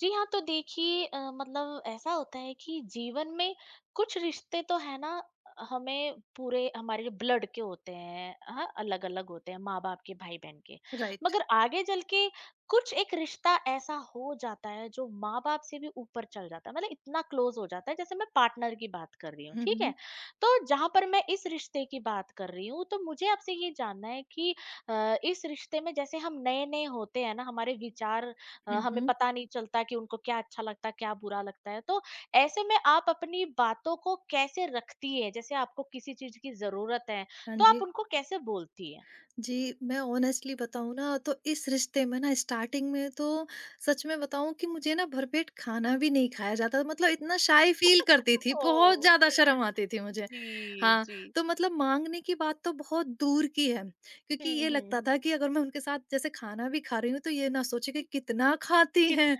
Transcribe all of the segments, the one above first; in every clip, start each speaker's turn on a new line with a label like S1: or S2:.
S1: जी हाँ, तो देखिए मतलब ऐसा होता है कि जीवन में कुछ रिश्ते तो है ना हमें पूरे हमारे जो ब्लड के होते हैं, हाँ, अलग-अलग होते हैं माँ-बाप के, भाई-बहन के।
S2: राइट।
S1: मगर आगे चल के कुछ एक रिश्ता ऐसा हो जाता है जो माँ-बाप से भी ऊपर चल जाता है, मतलब इतना क्लोज़ हो जाता है जैसे मैं पार्टनर की बात कर रही हूँ,
S2: हुँ,
S1: ठीक है?
S2: हुँ।
S1: तो जहाँ पर मैं इस रिश्ते की बात कर रही हूँ, तो मुझे आपसे ये जानना है कि इस रिश्ते में जैसे हम नए-नए होते हैं ना, हमारे विचार
S2: हुँ,
S1: हमें
S2: हुँ।
S1: पता नहीं चलता कि उनको क्या अच्छा लगता है क्या बुरा लगता है। तो ऐसे में आप अपनी बातों को कैसे रखती है जैसे आपको किसी चीज की जरूरत है
S2: हाँ
S1: तो आप
S2: जी।
S1: उनको कैसे बोलती है?
S2: जी, मैं ऑनेस्टली बताऊँ ना तो इस रिश्ते में ना स्टार्टिंग में तो सच में बताऊँ कि मुझे ना भरपेट खाना भी नहीं खाया जाता मतलब इतना शाय फ़ील करती थी,
S1: ओ।
S2: बहुत ज़्यादा शर्म आती थी मुझे।
S1: जी
S2: हाँ,
S1: जी।
S2: तो मतलब माँगने की बात तो बहुत दूर की है, क्योंकि ये लगता
S1: हम्म।
S2: था कि अगर मैं उनके साथ जैसे खाना भी खा रही हूँ तो ये ना सोचे कि
S1: हम्म,
S2: कितना खाती
S1: कित
S2: हैं।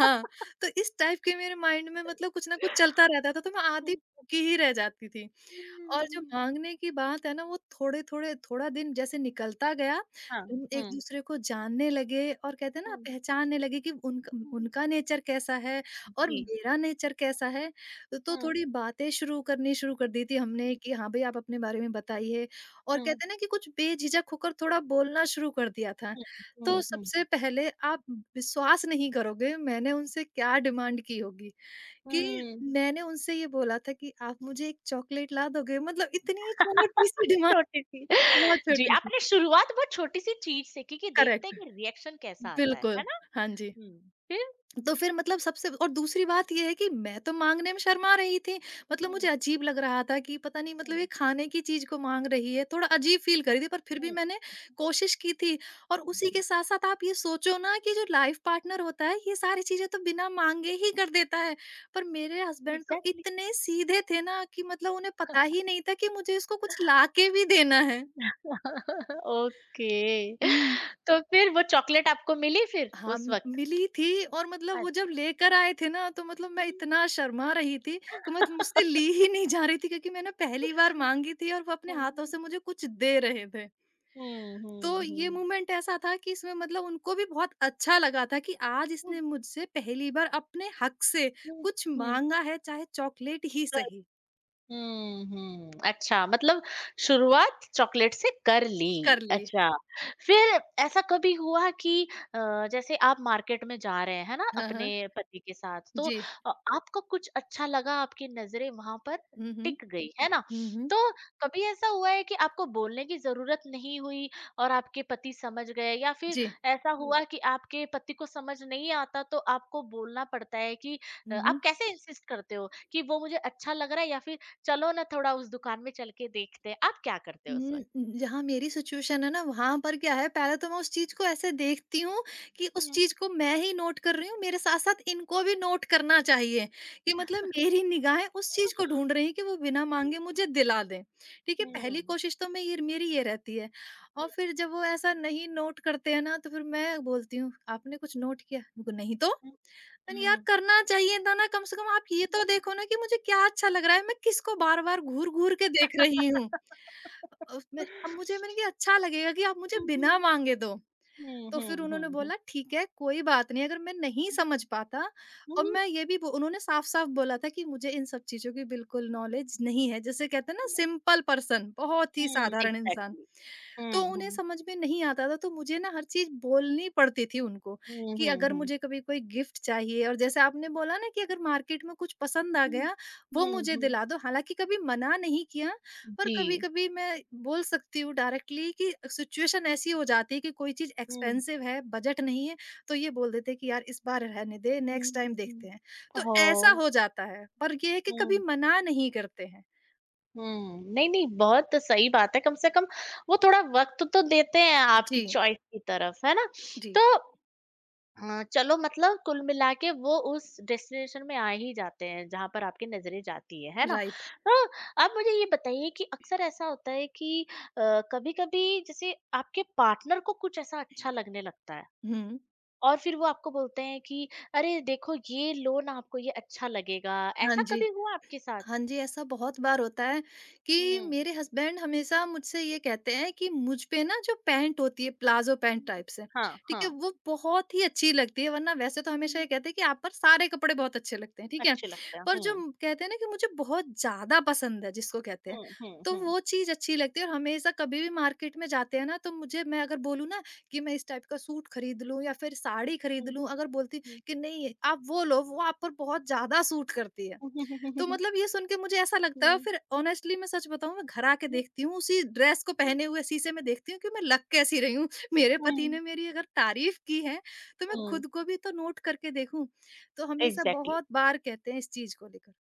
S2: हाँ, तो इस टाइप के मेरे माइंड में मतलब कुछ ना कुछ चलता रहता था तो मैं आधी
S1: हम्म,
S2: भूखी ही रह जाती थी।
S1: हम्म,
S2: और जो
S1: हम्म,
S2: माँगने की बात है ना वो थोड़े-थोड़े थोड़ा दिन जैसे निकलता गया,
S1: हाँ।
S2: हम
S1: हम्म,
S2: एक-दूसरे को जानने लगे और कहते हैं ना
S1: हम्म,
S2: पहचानने लगे कि उनका
S1: हम्म,
S2: उनका नेचर कैसा है और
S1: जी।
S2: मेरा नेचर कैसा है। तो
S1: हम्म,
S2: थोड़ी बातें शुरू करनी शुरू कर दी थी
S1: हम्म,
S2: हमने कि हाँ, भई आप अपने बारे में बताइए और
S1: हम्म,
S2: कहते हैं ना कि कुछ बेझिझक होकर थोड़ा बोलना शुरू कर दिया था।
S1: हम्म,
S2: तो
S1: हम्म।
S2: सबसे पहले आप विश्वास नहीं करोगे मैंने उनसे क्या डिमांड की होगी। कि
S1: हम्म,
S2: मैंने उनसे ये बोला था कि आप मुझे एक चॉकलेट ला दोगे? मतलब इतनी छोटी-सी डिमांड
S1: छोटी सी।
S2: बहुत
S1: जी,
S2: छोटी थी।
S1: आपने शुरुआत बहुत छोटी सी चीज से की कि देखते हैं
S2: करेक्ट,
S1: कि रिएक्शन कैसा आता है
S2: बिल्कुल।
S1: है।
S2: हाँ जी।
S1: हुँ, फिर?
S2: तो फिर मतलब सबसे और दूसरी बात ये है कि मैं तो मांगने में शर्मा रही थी। मतलब
S1: हुँ,
S2: मुझे अजीब लग रहा था कि पता नहीं मतलब
S1: हुँ,
S2: ये खाने की चीज़ को माँग रही है, थोड़ा अजीब फ़ील कर रही थी पर फिर भी
S1: हुँ,
S2: मैंने कोशिश की थी। और उसी के
S1: जी,
S2: साथ-साथ आप ये सोचो ना कि जो लाइफ़ पार्टनर होता है ये सारी चीज़ें तो बिना माँगे ही कर देता है। पर मेरे हस्बैंड तो
S1: एग्ज़ैक्टली।
S2: इतने सीधे थे ना कि मतलब उन्हें पता ही नहीं था कि मुझे इसको कुछ ला के भी देना है।
S1: ओके,
S2: हुँ।
S1: तो फिर वो चॉकलेट आपको मिली फिर
S2: हाँ,
S1: उस
S2: म
S1: वक़्त?
S2: मिली थी और मतलब वो
S1: अच्छा।
S2: जब लेकर आए थे ना तो मतलब मैं इतना शर्मा रही थी कि मतलब मुझसे ली ही नहीं जा रही थी क्योंकि मैंने पहली बार माँगी थी और वो अपने हाथों
S1: हुँ,
S2: से मुझे कुछ दे रहे थे।
S1: हुँ,
S2: तो
S1: हुँ,
S2: ये
S1: हुँ,
S2: मोमेंट ऐसा था कि इसमें मतलब उनको भी बहुत अच्छा लगा था कि आज इसने मुझसे पहली बार अपने हक से
S1: हुँ,
S2: कुछ
S1: हुँ।
S2: माँगा है चाहे चॉकलेट ही सही।
S1: हुँ, हुँ। अच्छा मतलब शुरुआत चॉकलेट से कर ली।
S2: कर ली।
S1: अच्छा, फिर ऐसा कभी हुआ कि अ, जैसे आप मार्केट में जा रहे हैं, है ना?
S2: हाँ, हाँ।
S1: अपने पति के साथ तो
S2: जी।
S1: आपको कुछ अच्छा लगा, आपकी नज़रें वहाँ पर
S2: हुँ, हुँ।
S1: टिक गई, है ना?
S2: हुँ, हुँ।
S1: तो कभी ऐसा हुआ है कि आपको बोलने की ज़रूरत नहीं हुई और आपके पति समझ गए, या फिर
S2: जी।
S1: ऐसा हुआ कि आपके पति को समझ नहीं आता तो आपको बोलना पड़ता है कि
S2: हुँ,
S1: आप
S2: हुँ।
S1: कैसे इंसिस्ट करते हो कि वो मुझे अच्छा लग रहा है, या फिर चलो ना थोड़ा उस दुकान में चल के देखते हैं, आप क्या करते हो उस वक़्त?
S2: हुँ, जहाँ मेरी सिचुएशन है ना, वहाँ पर क्या है पहले तो मैं उस चीज़ को ऐसे देखती हूँ कि उस
S1: हुँ।
S2: चीज़ को मैं ही नोट कर रही हूँ, मेरे साथ-साथ इनको भी नोट करना चाहिए कि मतलब मेरी निगाहें उस चीज़ को
S1: हुँ,
S2: ढूँढ रही हैं कि वो बिना माँगे मुझे दिला दें। ठीक है, पहली
S1: हुँ,
S2: कोशिश तो मैं ये मेरी ये रहती है
S1: हुँ,
S2: और
S1: हुँ।
S2: फिर जब वो ऐसा नहीं नोट करते हैं ना, तो फिर मैं बोलती हूँ, "आपने कुछ नोट किया?" बोले, "नहीं तो।" मैंने,
S1: हुँ,
S2: "यार
S1: हुँ।
S2: करना चाहिए था ना, कम से कम आप ये तो देखो ना कि मुझे क्या अच्छा लग रहा है, मैं किसको बार-बार घूर-घूर के देख रही हूँ।" उसमें अब मुझे मैंने कहा अच्छा लगेगा कि आप मुझे बिना
S1: हुँ,
S2: माँगे दो।
S1: हुँ,
S2: तो फिर
S1: हुँ,
S2: उन्होंने
S1: हुँ।
S2: बोला ठीक है, कोई बात नहीं अगर मैं नहीं समझ पाता और
S1: हुँ,
S2: मैं ये भी बो उन्होंने साफ-साफ बोला था कि मुझे इन सब चीज़ों की बिल्कुल नॉलेज नहीं है। जिसे कहते हैं ना
S1: या
S2: सिंपल पर्सन बहुत ही
S1: हुँ।
S2: साधारण इंसान।
S1: एग्ज़ैक्टली।
S2: तो
S1: हुँ,
S2: उन्हें
S1: हुँ।
S2: समझ में नहीं आता था तो मुझे ना हर चीज़ बोलनी पड़ती थी उनको
S1: हुँ,
S2: कि
S1: हुँ,
S2: अगर
S1: हुँ।
S2: मुझे कभी कोई गिफ्ट चाहिए और जैसे आपने बोला ना कि अगर मार्केट में कुछ पसंद आ
S1: हुँ,
S2: गया, वो
S1: हुँ,
S2: मुझे
S1: हुँ।
S2: दिला दो। हालाँकि कभी मना नहीं किया पर
S1: जी।
S2: कभी-कभी मैं बोल सकती हूँ डायरेक्टली कि सिचुएशन ऐसी हो जाती है कि कोई चीज़
S1: हुँ,
S2: एक्सपेंसिव है, बजट नहीं है, तो ये बोल देते हैं कि यार इस बार रहने दे,
S1: हुँ,
S2: नेक्स्ट टाइम
S1: हुँ।
S2: देखते हैं। तो ऐसा
S1: ओह!
S2: हो जाता है, पर ये है कि कभी
S1: हुँ,
S2: मना नहीं करते हैं।
S1: हुँ। नहीं, नहीं, बहुत सही बात है, कम से कम वो थोड़ा वक़्त तो देते हैं आपकी
S2: जी,
S1: चॉइस की तरफ, है ना?
S2: जी,
S1: तो हाँ, चलो मतलब कुल मिला के वो उस डेस्टिनेशन में आ ही जाते हैं जहाँ पर आपकी नज़रें जाती है ना?
S2: राइट।
S1: तो आप मुझे ये बताइए कि अक्सर ऐसा होता है कि कभी-कभी जैसे आपके पार्टनर को कुछ ऐसा अच्छा लगने लगता है
S2: हुँ।
S1: और फिर वो आपको बोलते हैं कि अरे देखो ये लो ना, आपको ये अच्छा लगेगा।
S2: हाँ
S1: ऐसा
S2: जी।
S1: कभी हुआ आपके साथ?
S2: हाँ जी, ऐसा बहुत बार होता है कि
S1: हुँ, हुँ।
S2: मेरे हस्बैंड हमेशा मुझसे ये कहते हैं कि मुझ पे ना जो पैंट होती है प्लाज़ो पैंट टाइप से,
S1: हाँ,
S2: ठीक है?
S1: हाँ।
S2: वो बहुत ही अच्छी लगती है वरना वैसे तो हमेशा
S1: हुँ,
S2: ये कहते हैं कि आप पर सारे कपड़े बहुत अच्छे लगते हैं, ठीक है?
S1: अच्छे लगते हैं।
S2: पर जो
S1: हुँ,
S2: कहते हैं ना कि मुझे बहुत ज़्यादा पसंद है जिसको कहते हैं,
S1: हुँ, हुँ,
S2: तो
S1: हुँ।
S2: वो चीज़ अच्छी लगती है और हमेशा कभी भी मार्केट में जाते हैं ना तो मुझे मैं अगर
S1: हुँ,
S2: बोलूँ ना कि मैं इस टाइप का सूट खरीद लूँ या फिर साड़ी खरीद
S1: हुँ,
S2: लूँ, अगर बोलती
S1: हुँ।
S2: कि नहीं आप वो लो, वो आप पर बहुत ज़्यादा सूट करती है। तो मतलब ये सुन के मुझे ऐसा लगता है
S1: हुँ।
S2: फिर ऑनेस्टली मैं सच बताऊँ मैं घर आके
S1: हुँ।
S2: देखती हूँ उसी ड्रेस को पहने हुए शीशे में देखती हूँ कि मैं लग कैसी रही हूँ। मेरे पति
S1: हुँ।
S2: ने मेरी अगर तारीफ़ की है तो मैं
S1: हुँ।
S2: खुद को भी तो नोट करके देखूँ। तो हमेशा
S1: एग्ज़ैक्टली।
S2: बहुत बार कहते हैं इस चीज़ को लेकर।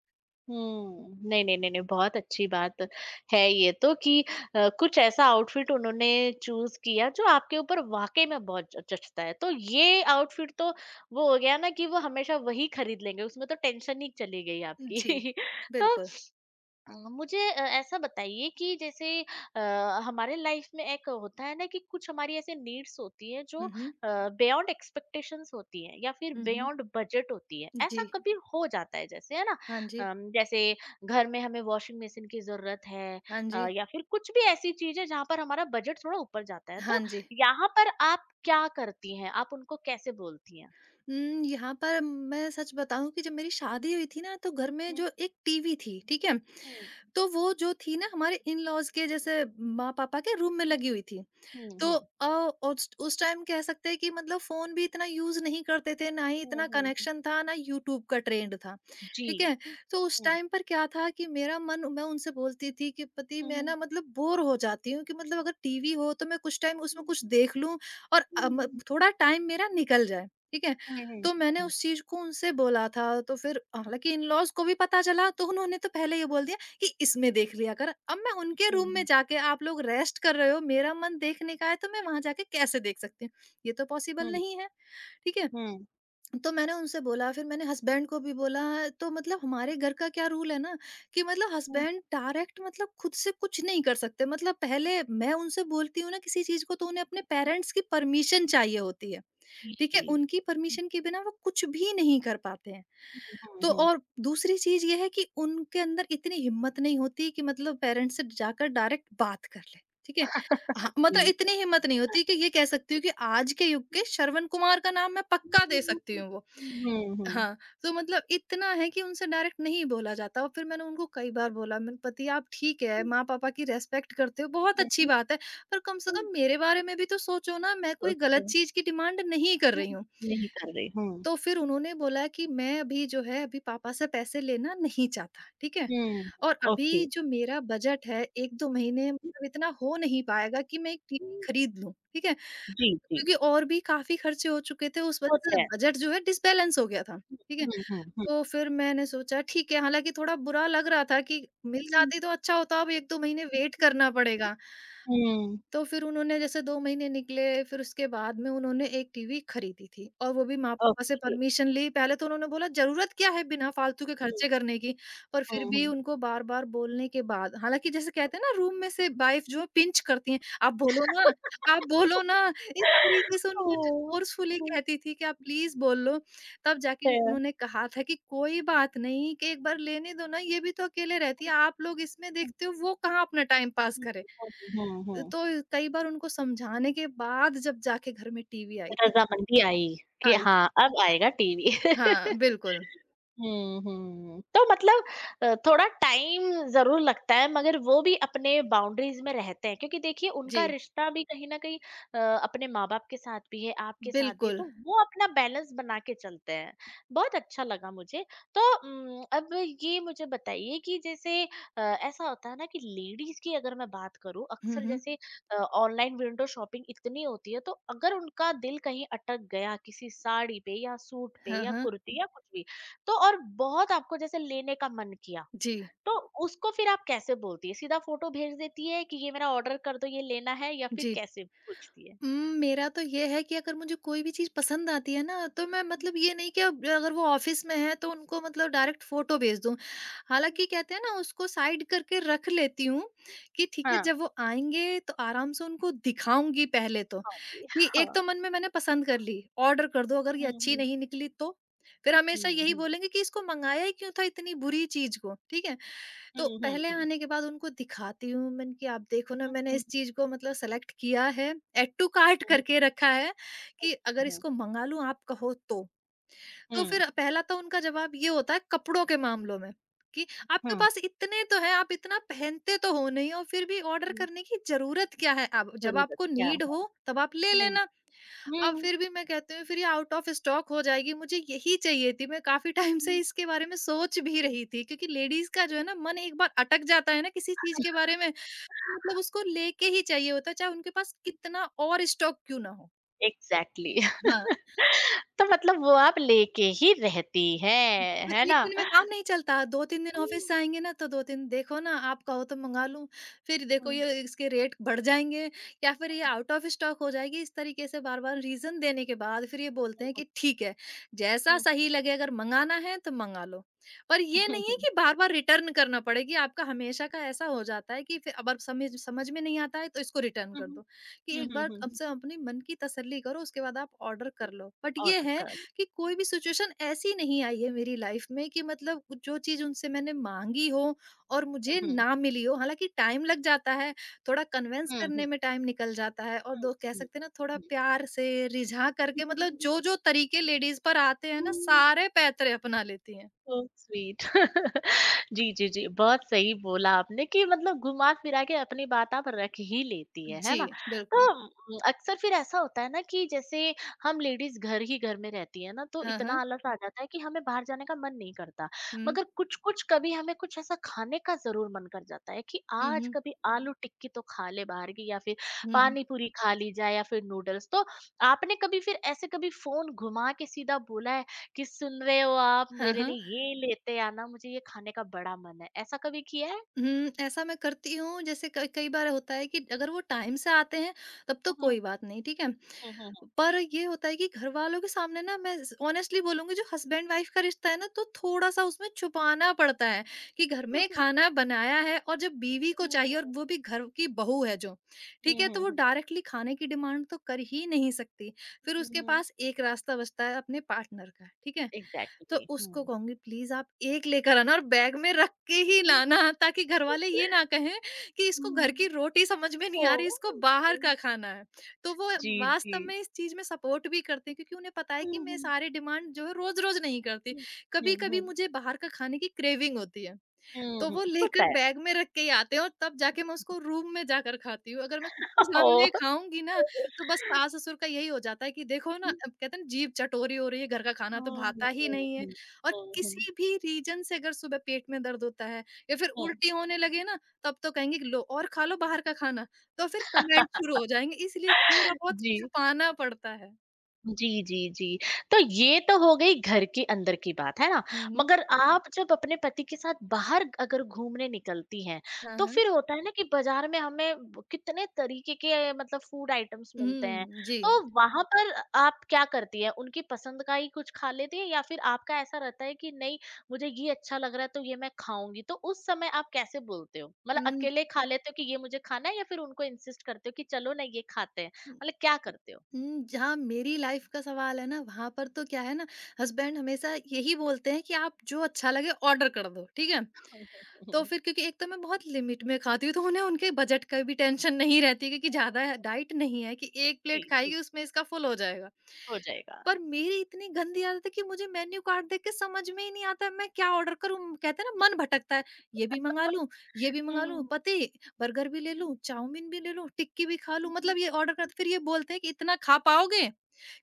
S1: हुँ। नहीं, नहीं, नहीं, नहीं, बहुत अच्छी बात है ये तो कि कुछ ऐसा आउटफिट उन्होंने चूज़ किया जो आपके ऊपर वाक़ई में बहुत ज जचता है। तो ये आउटफिट तो वो हो गया ना कि वो हमेशा वही खरीद लेंगे, उसमें तो टेंशन ही चली गई
S2: जी,
S1: आपकी। तो
S2: बिल्कुल।
S1: मुझे ऐसा बताइए कि जैसे हमारे लाइफ में एक होता है ना कि कुछ हमारी ऐसे नीड्स होती है जो
S2: हुँ, हुँ।
S1: बियॉन्ड एक्सपेक्टेशंस होती है, या फिर
S2: हुँ, हुँ।
S1: बियॉन्ड बजट होती है,
S2: जी।
S1: ऐसा कभी हो जाता है जैसे है ना।
S2: हाँ जी,
S1: जैसे घर में हमें वॉशिंग मशीन की जरूरत है,
S2: हाँ जी,
S1: या फिर कुछ भी ऐसी चीज है जहाँ पर हमारा बजट थोड़ा ऊपर जाता है,
S2: हाँ
S1: तो
S2: जी।
S1: यहाँ पर आप क्या करती हैं, आप उनको कैसे बोलती हैं?
S2: यहाँ पर मैं सच बताऊँ कि जब मेरी शादी हुई थी ना तो घर में
S1: हम्म।
S2: जो एक टीवी थी, ठीक है?
S1: हम्म
S2: तो वो जो थी ना हमारे इन-लॉज़ के जैसे माँ-पापा के रूम में
S1: हम्म।
S2: लगी हुई थी।
S1: हम्म
S2: तो
S1: हम्म
S2: अ, उस टाइम कह सकते हैं कि मतलब फ़ोन भी इतना यूज़ नहीं करते थे, ना ही
S1: हम्म
S2: इतना
S1: हम्म,
S2: कनेक्शन था, ना यूट्यूब का ट्रेंड था,
S1: जी।
S2: ठीक है? तो उस
S1: हम्म,
S2: टाइम पर क्या था कि मेरा मन मैं उनसे बोलती थी कि पति मैं
S1: हम्म,
S2: ना मतलब बोर हो जाती हूँ कि मतलब अगर टीवी हो तो मैं कुछ टाइम उसमें
S1: हम्म,
S2: कुछ देख लूँ और अ, म
S1: हम्म,
S2: थोड़ा टाइम मेरा निकल जाए, ठीक है?
S1: हुँ, हुँ,
S2: तो मैंने
S1: हुँ,
S2: उस चीज़ को उनसे बोला था, तो फिर हालाँकि इन-लॉज़ को भी पता चला तो उन्होंने तो पहले ये बोल दिया कि इसमें देख लिया कर। अब मैं उनके रूम में
S1: हुँ,
S2: जाके आप लोग रेस्ट कर रहे हो, मेरा मन देखने का है तो मैं वहाँ जाके कैसे देख सकती हूँ? ये तो पॉसिबल
S1: हुँ,
S2: नहीं है, ठीक है?
S1: हुँ,
S2: तो मैंने उनसे बोला फिर मैंने हस्बैंड को भी बोला तो मतलब हमारे घर का क्या रूल है ना कि मतलब
S1: हुँ, हुँ,
S2: हस्बैंड डायरेक्ट मतलब खुद से कुछ नहीं कर सकते मतलब पहले मैं उनसे बोलती हूँ ना किसी चीज को तो उन्हें अपने
S1: हुँ,
S2: पेरेंट्स की परमिशन चाहिए होती है ठीक
S1: जी।
S2: है उनकी
S1: हुँ,
S2: परमिशन के बिना वो कुछ भी नहीं कर पाते हैं तो
S1: हुँ,
S2: और दूसरी चीज ये है कि उनके अंदर इतनी हिम्मत नहीं होती कि मतलब पेरेंट्स से जाकर डायरेक्ट बात कर ले ठीक है हाँ मतलब
S1: जी।
S2: इतनी हिम्मत नहीं होती कि ये कह सकती हूँ कि आज के युग
S1: हुँ,
S2: के श्रवण कुमार का नाम मैं पक्का दे सकती हूँ वो
S1: हुँ।
S2: हाँ, तो मतलब इतना है कि उनसे डायरेक्ट नहीं बोला जाता और फिर मैंने उनको कई बार बोला, मैंने पति आप ठीक है,
S1: हुँ,
S2: माँ-पापा की रिस्पेक्ट करते हो, बहुत
S1: हुँ,
S2: अच्छी बात है, पर कम से
S1: हुँ,
S2: कम मेरे बारे में भी तो सोचो ना, मैं कोई
S1: अच्छा।
S2: गलत चीज़ की डिमांड नहीं कर
S1: हुँ,
S2: रही हूँ।
S1: नहीं कर रहे, हुँ,
S2: तो फिर उन्होंने बोला कि मैं अभी जो है, अभी पापा से पैसे लेना नहीं चाहता, ठीक है?
S1: हुँ,
S2: और
S1: ओके।
S2: अभी जो मेरा बजट है, 1-2 महीने मतलब इतना हो नहीं पाएगा कि मैं एक टीवी खरीद लूँ, ठीक है?
S1: जी, जी,
S2: क्योंकि और भी काफ़ी खर्चे हो चुके थे, उस वजह से
S1: होता है।
S2: बजट जो है डिसबैलेंस हो गया था, ठीक है?
S1: हुँ, हुँ, हुँ,
S2: तो फिर मैंने सोचा ठीक है, हालाँकि थोड़ा बुरा लग रहा था कि मिल जाती तो अच्छा होता, अब 1-2 महीने वेट करना पड़ेगा।
S1: हुँ,
S2: तो फिर उन्होंने जैसे 2 महीने निकले, फिर उसके बाद में उन्होंने एक टीवी खरीदी थी और वो भी माँ-पापा से
S1: ओके,
S2: परमिशन ली। पहले तो उन्होंने बोला ज़रूरत क्या है बिना फालतू के
S1: हुँ,
S2: खर्चे करने की? पर फिर
S1: हुँ,
S2: भी
S1: हुँ।
S2: उनको बार-बार बोलने के बाद हालाँकि जैसे कहते हैं ना रूम में से वाइफ़ जो है पिंच करती हैं, "आप बोलो ना, आप बोलो ना।" इस तरीके से उनको
S1: ओह!
S2: फ़ोर्सफुली
S1: होता
S2: कहती थी कि, "आप प्लीज़ बोल लो।" तब जाके
S1: है।
S2: उन्होंने कहा था कि, "कोई बात नहीं कि एक बार लेने दो ना, ये भी तो अकेले रहती है। आप लोग इसमें
S1: हुँ,
S2: देखते हो, वो कहाँ अपना टाइम पास
S1: हुँ,
S2: करे।"
S1: हुँ, हुँ, हुँ।
S2: तो कई बार उनको समझाने के बाद जब जाके घर में टीवी आई थी
S1: रज़ामंदी आई, कि
S2: आई
S1: हाँ, अब आएगा टीवी।
S2: हाँ, बिल्कुल।
S1: हुँ, हुँ। तो मतलब थोड़ा टाइम ज़रूर लगता है मगर वो भी अपने बाउंड्रीज़ में रहते हैं क्योंकि देखिए उनका
S2: जी,
S1: रिश्ता भी कहीं न कहीं अ, अपने माँ-बाप के साथ भी है, आपके साथ भी है, तो
S2: बिल्कुल।
S1: वो अपना बैलेंस बना के चलते हैं। बहुत अच्छा लगा मुझे। तो अब ये मुझे बताइए कि जैसे ऐसा होता है ना कि लेडीज़ की अगर मैं बात करूँ,
S2: हुँ,
S1: अक्सर
S2: हुँ।
S1: जैसे ऑनलाइन विंडो शॉपिंग इतनी होती है तो अगर उनका दिल कहीं अटक गया किसी साड़ी पे या सूट पे
S2: हाँ,
S1: या
S2: हाँ।
S1: कुर्ती या कुछ भी, तो और बहुत आपको जैसे लेने का मन किया,
S2: जी,
S1: तो उसको फिर आप कैसे बोलती है? सीधा फोटो भेज देती है कि ये मेरा ऑर्डर कर दो, ये लेना है, या फिर
S2: जी।
S1: कैसे पूछती है?
S2: उम, मेरा तो ये है कि अगर मुझे कोई भी चीज़ पसंद आती है ना, तो मैं मतलब ये नहीं कि अब अगर वो ऑफ़िस में है तो उनको मतलब डायरेक्ट फ़ोटो भेज दूँ। हालाँकि कहते हैं ना उसको साइड करके रख लेती हूँ, कि ठीक है
S1: हाँ।
S2: जब वो आएँगे तो आराम से उनको दिखाऊँगी पहले तो।
S1: हाँ जी,
S2: कि एक
S1: हाँ।
S2: तो मन में मैंने पसंद कर ली, ऑर्डर कर दो अगर ये अच्छी
S1: हम्म।
S2: नहीं निकली तो? फिर हमेशा यही
S1: हम्म
S2: बोलेंगे कि इसको मँगाया ही क्यों था इतनी बुरी चीज़ को, ठीक है? तो
S1: हम्म हम्म
S2: पहले
S1: हम्म
S2: आने के बाद उनको दिखाती हूँ मैंने कि आप देखो ना मैंने
S1: हम्म
S2: इस चीज को मतलब सेलेक्ट किया है, एड टू कार्ट
S1: हम्म
S2: करके रखा है कि अगर
S1: हम्म
S2: इसको मंगा लूं आप कहो तो
S1: हम्म
S2: फिर पहला तो उनका जवाब ये होता है कपड़ों के मामलों में कि आपके
S1: हम्म
S2: पास इतने तो हैं, आप इतना पहनते तो हो नहीं और फिर भी ऑर्डर
S1: हम्म,
S2: करने की जरूरत क्या है, आप जब
S1: जरूरत
S2: आपको
S1: क्या
S2: नीड
S1: है।
S2: हो तब आप ले
S1: हम्म
S2: लेना। अब
S1: हम्म
S2: फिर भी मैं कहती हूँ फिर ये आउट ऑफ स्टॉक हो जाएगी, मुझे यही चाहिए थी। मैं काफ़ी टाइम से
S1: हम्म
S2: इसके बारे में सोच भी रही थी क्योंकि लेडीज़ का जो है ना मन एक बार अटक जाता है ना किसी चीज़ के बारे में, तो मतलब उसको लेके ही चाहिए होता है, चाहे उनके पास कितना और स्टॉक क्यों ना हो।
S1: एग्जैक्टली। तो मतलब वो आप लेके ही रहती हैं,
S2: पर
S1: है
S2: 1
S1: ना?
S2: दिन में काम नहीं चलता, 2-3 दिन ऑफ़िस
S1: हुँ,
S2: से आएँगे ना तो 2-3 देखो ना आप कहो तो मँगा लूँ, फिर देखो
S1: हुँ,
S2: ये इसके रेट बढ़ जाएँगे या फिर ये
S1: हुँ,
S2: आउट ऑफ़ स्टॉक हो जाएगी। इस तरीके से बार-बार रीज़न देने के बाद फिर ये बोलते
S1: हुँ,
S2: हैं
S1: हुँ,
S2: कि ठीक है, जैसा
S1: हुँ,
S2: सही लगे अगर मँगाना है तो मँगा लो। पर ये नहीं है
S1: हुँ,
S2: कि बार-बार रिटर्न करना पड़े, कि आपका हमेशा का ऐसा हो जाता है कि फिर अब समझ समझ में नहीं आता है तो इसको रिटर्न
S1: हुँ,
S2: कर
S1: हुँ,
S2: दो, कि
S1: हुँ,
S2: एक
S1: हुँ,
S2: बार
S1: हुँ,
S2: कम
S1: हुँ।
S2: से कम अपने मन की तसल्ली करो उसके बाद आप ऑर्डर कर लो। बट ये
S1: ऑर्डर
S2: है
S1: कर।
S2: कि कोई भी सिचुएशन ऐसी नहीं आई है मेरी लाइफ में कि मतलब जो चीज़ उनसे मैंने माँगी हो और मुझे
S1: हुँ,
S2: ना मिली हो। हालाँकि टाइम लग जाता है, थोड़ा कन्विंस
S1: हुँ, हुँ, हुँ,
S2: करने में टाइम निकल जाता है और दो कह
S1: हुँ,
S2: सकते हैं ना थोड़ा
S1: हुँ,
S2: प्यार से रिझा करके मतलब जो-जो तरीके लेडीज़ पर आते हैं ना
S1: हुँ।
S2: सारे पैतरे अपना लेती हैं।
S1: So sweet. जी, जी, जी, बहुत सही बोला आपने कि मतलब घुमा-फिरा के अपनी बात आप रख ही लेती हैं, है
S2: जी,
S1: ना? तो
S2: बिल्कुल।
S1: अक्सर फिर ऐसा होता है ना कि जैसे हम लेडीज़ घर ही घर में रहती हैं ना, तो
S2: हाँ,
S1: इतना
S2: हाँ।
S1: आलस आ जाता है कि हमें बाहर जाने का मन नहीं करता।
S2: हुँ।
S1: मगर कुछ-कुछ कभी हमें कुछ ऐसा खाने का ज़रूर मन कर जाता है कि
S2: हुँ,
S1: आज
S2: हुँ।
S1: कभी आलू टिक्की तो खा ले बाहर की, या फिर
S2: हुँ, हुँ।
S1: पानी पूरी खा ली जाए, या फिर नूडल्स। तो आपने कभी फिर ऐसे कभी फ़ोन घुमा के सीधा बोला है, किस सुन रहे हो आप?
S2: हाँ,
S1: मेरे
S2: हाँ।
S1: लिए ये लेते आना, मुझे ये खाने का बड़ा मन है। ऐसा कभी किया है?
S2: हुँ, ऐसा मैं करती हूँ, जैसे कई कई बार होता है कि अगर वो टाइम से आते हैं तब तो
S1: हुँ,
S2: कोई
S1: हुँ,
S2: बात नहीं, ठीक है?
S1: हुँ, हुँ, हुँ।
S2: पर ये होता है कि घरवालों के सामने ना मैं स ऑनेस्टली बोलूँगी, जो हस्बैंड वाइफ का रिश्ता है ना तो थोड़ा-सा उसमें छुपाना पड़ता है कि घर में खाना बनाया है और जब बीवी को
S1: हुँ।
S2: चाहिए और वो भी घर की बहू है जो, ठीक
S1: हुँ,
S2: है? तो
S1: हुँ,
S2: वो
S1: हुँ,
S2: डायरेक्टली खाने की डिमांड तो कर ही नहीं सकती। फिर
S1: हुँ,
S2: उसके
S1: हुँ।
S2: पास एक रास्ता बचता है अपने पार्टनर का, ठीक है? तो
S1: एग्ज़ैक्टली। हुँ।
S2: उसको कहूँगी, प्लीज आप एक लेकर आना और बैग में रख के ही लाना ताकि घर वाले ये ना कहें कि इसको घर की
S1: हुँ।
S2: रोटी समझ में नहीं आ रही,
S1: ओह!
S2: इसको बाहर का खाना है। तो वो
S1: जी, जी।
S2: वास्तव में इस चीज़ में सपोर्ट भी करते हैं क्योंकि उन्हें पता है
S1: हुँ,
S2: कि मैं
S1: हुँ।
S2: सारे डिमांड जो है रोज़-रोज़ नहीं करती।
S1: हुँ। हुँ,
S2: कभी-कभी
S1: हुँ,
S2: मुझे बाहर का खाने की क्रेविंग होती है।
S1: हुँ,
S2: तो
S1: हुँ।
S2: वो
S1: होता
S2: लेकर
S1: है।
S2: बैग में रख के ही आते हैं और तब जाके मैं उसको रूम में जाकर खाती हूँ। अगर मैं सबके
S1: ओह!
S2: सामने खाऊँगी ना, तो बस सास-ससुर का यही हो जाता है कि देखो ना,
S1: हुँ,
S2: अब कहते हैं ना जीभ चटोरी हो रही है, घर का खाना तो
S1: हुँ,
S2: भाता ही
S1: हुँ,
S2: नहीं है। और
S1: हुँ, हुँ,
S2: किसी भी रीज़न से अगर सुबह पेट में दर्द होता है या फिर
S1: हुँ।
S2: उल्टी होने लगे ना, तब तो कहेंगे कि लो और खा लो बाहर का खाना। तो फिर कमेंट शुरू हो जाएँगे, इसलिए थोड़ा-बहुत
S1: जी।
S2: छुपाना पड़ता है।
S1: जी, जी, जी। तो ये तो हो गई घर के अंदर की बात, है ना?
S2: हुँ, हुँ।
S1: मगर हुँ। आप जब अपने पति के साथ बाहर अगर घूमने निकलती हैं,
S2: हाँ,
S1: तो
S2: हाँ।
S1: फिर होता है ना कि बाज़ार में हमें ब कितने तरीके के मतलब फ़ूड आइटम्स मिलते हैं।
S2: हुँ, जी।
S1: तो हुँ। वहाँ पर आप क्या करती हैं? उनकी पसंद का ही कुछ खा लेती हैं, या फिर आपका ऐसा रहता है कि नहीं, मुझे ये अच्छा लग रहा है तो ये मैं खाऊँगी? तो उस समय आप कैसे बोलते हो? मतलब
S2: हुँ।
S1: अकेले खा लेते हो कि ये मुझे खाना है, या फिर उनको इंसिस्ट करते हो कि चलो ना ये खाते हैं? मतलब क्या करते हो?
S2: हुँ, जहाँ मेरी लाइफ़ का सवाल है ना, वहाँ पर तो क्या है ना, हस्बैंड हमेशा यही बोलते हैं कि आप जो अच्छा लगे ऑर्डर कर दो, ठीक है? तो फिर क्योंकि एक तो मैं बहुत लिमिट में खाती हूँ, तो उन्हें उनके बजट का भी टेंशन नहीं रहती क्योंकि ज़्यादा डाइट नहीं है कि 1
S1: जी,
S2: प्लेट खाएगी
S1: जी,
S2: उसमें इसका फुल हो जाएगा।
S1: हो जाएगा।
S2: पर मेरी इतनी गंदी आदत है कि मुझे मेन्यू कार्ड देख के समझ में ही नहीं आता है, मैं क्या ऑर्डर करूँ? कहते हैं ना मन भटकता है, ये भी मँगा लूँ, ये भी मँगा लूँ,
S1: हुँ,
S2: पते बर्गर भी ले
S1: हुँ,
S2: लूँ, चाउमीन भी ले लूँ, टिक्की भी खा लूँ,
S1: हुँ,
S2: मतलब ये ऑर्डर करते फिर ये बोलते हैं कि इतना खा पाओगे?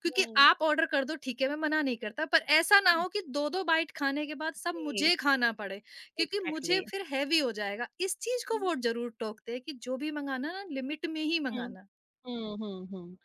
S2: क्योंकि
S1: हुँ,
S2: आप ऑर्डर कर दो ठीक है, मैं मना नहीं करता, पर ऐसा ना
S1: हुँ,
S2: हो कि 2-2 बाइट खाने के बाद सब
S1: जी,
S2: मुझे खाना पड़े। क्योंकि
S1: एग्ज़ैक्टली।
S2: मुझे फिर हैवी हो जाएगा। इस चीज़ को
S1: हुँ,
S2: वो ज़रूर टोकते हैं कि जो भी मँगाना ना लिमिट में ही
S1: हुँ।
S2: मँगाना।
S1: हुँ, हुँ, हुँ।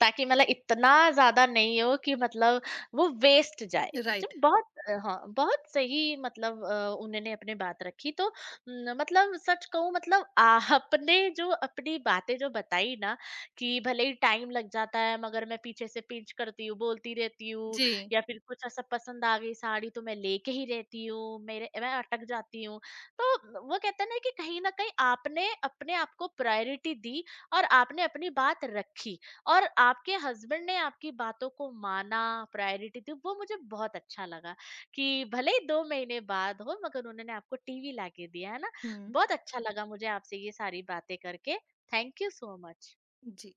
S1: ताकि मतलब इतना ज़्यादा नहीं हो कि मतलब वो वेस्ट जाए। जो
S2: राइट।
S1: बहुत हाँ, बहुत सही मतलब उन्होंने अपनी बात रखी। तो मतलब सच कहूँ मतलब आपने जो अपनी बातें जो बताई ना कि भले ही टाइम लग जाता है मगर मैं पीछे से पिंच करती हूँ, बोलती रहती हूँ,
S2: जी।
S1: या फिर कुछ ऐसा पसंद आ गई साड़ी तो मैं लेके ही रहती हूँ, मेरे मैं अटक जाती हूँ। तो वो कहते हैं ना कि कहीं न कहीं आपने अपने आप को प्रायोरिटी दी और आपने अपनी बात रखी। और आपके हस्बैंड ने आपकी बातों को माना, प्रायोरिटी दी, वो मुझे बहुत अच्छा लगा कि भले ही 2 महीने बाद हो मगर उन्होंने आपको टीवी लाके दिया, है ना?
S2: हुँ।
S1: बहुत अच्छा लगा मुझे आपसे ये सारी बातें करके। Thank you so much.
S2: Ji.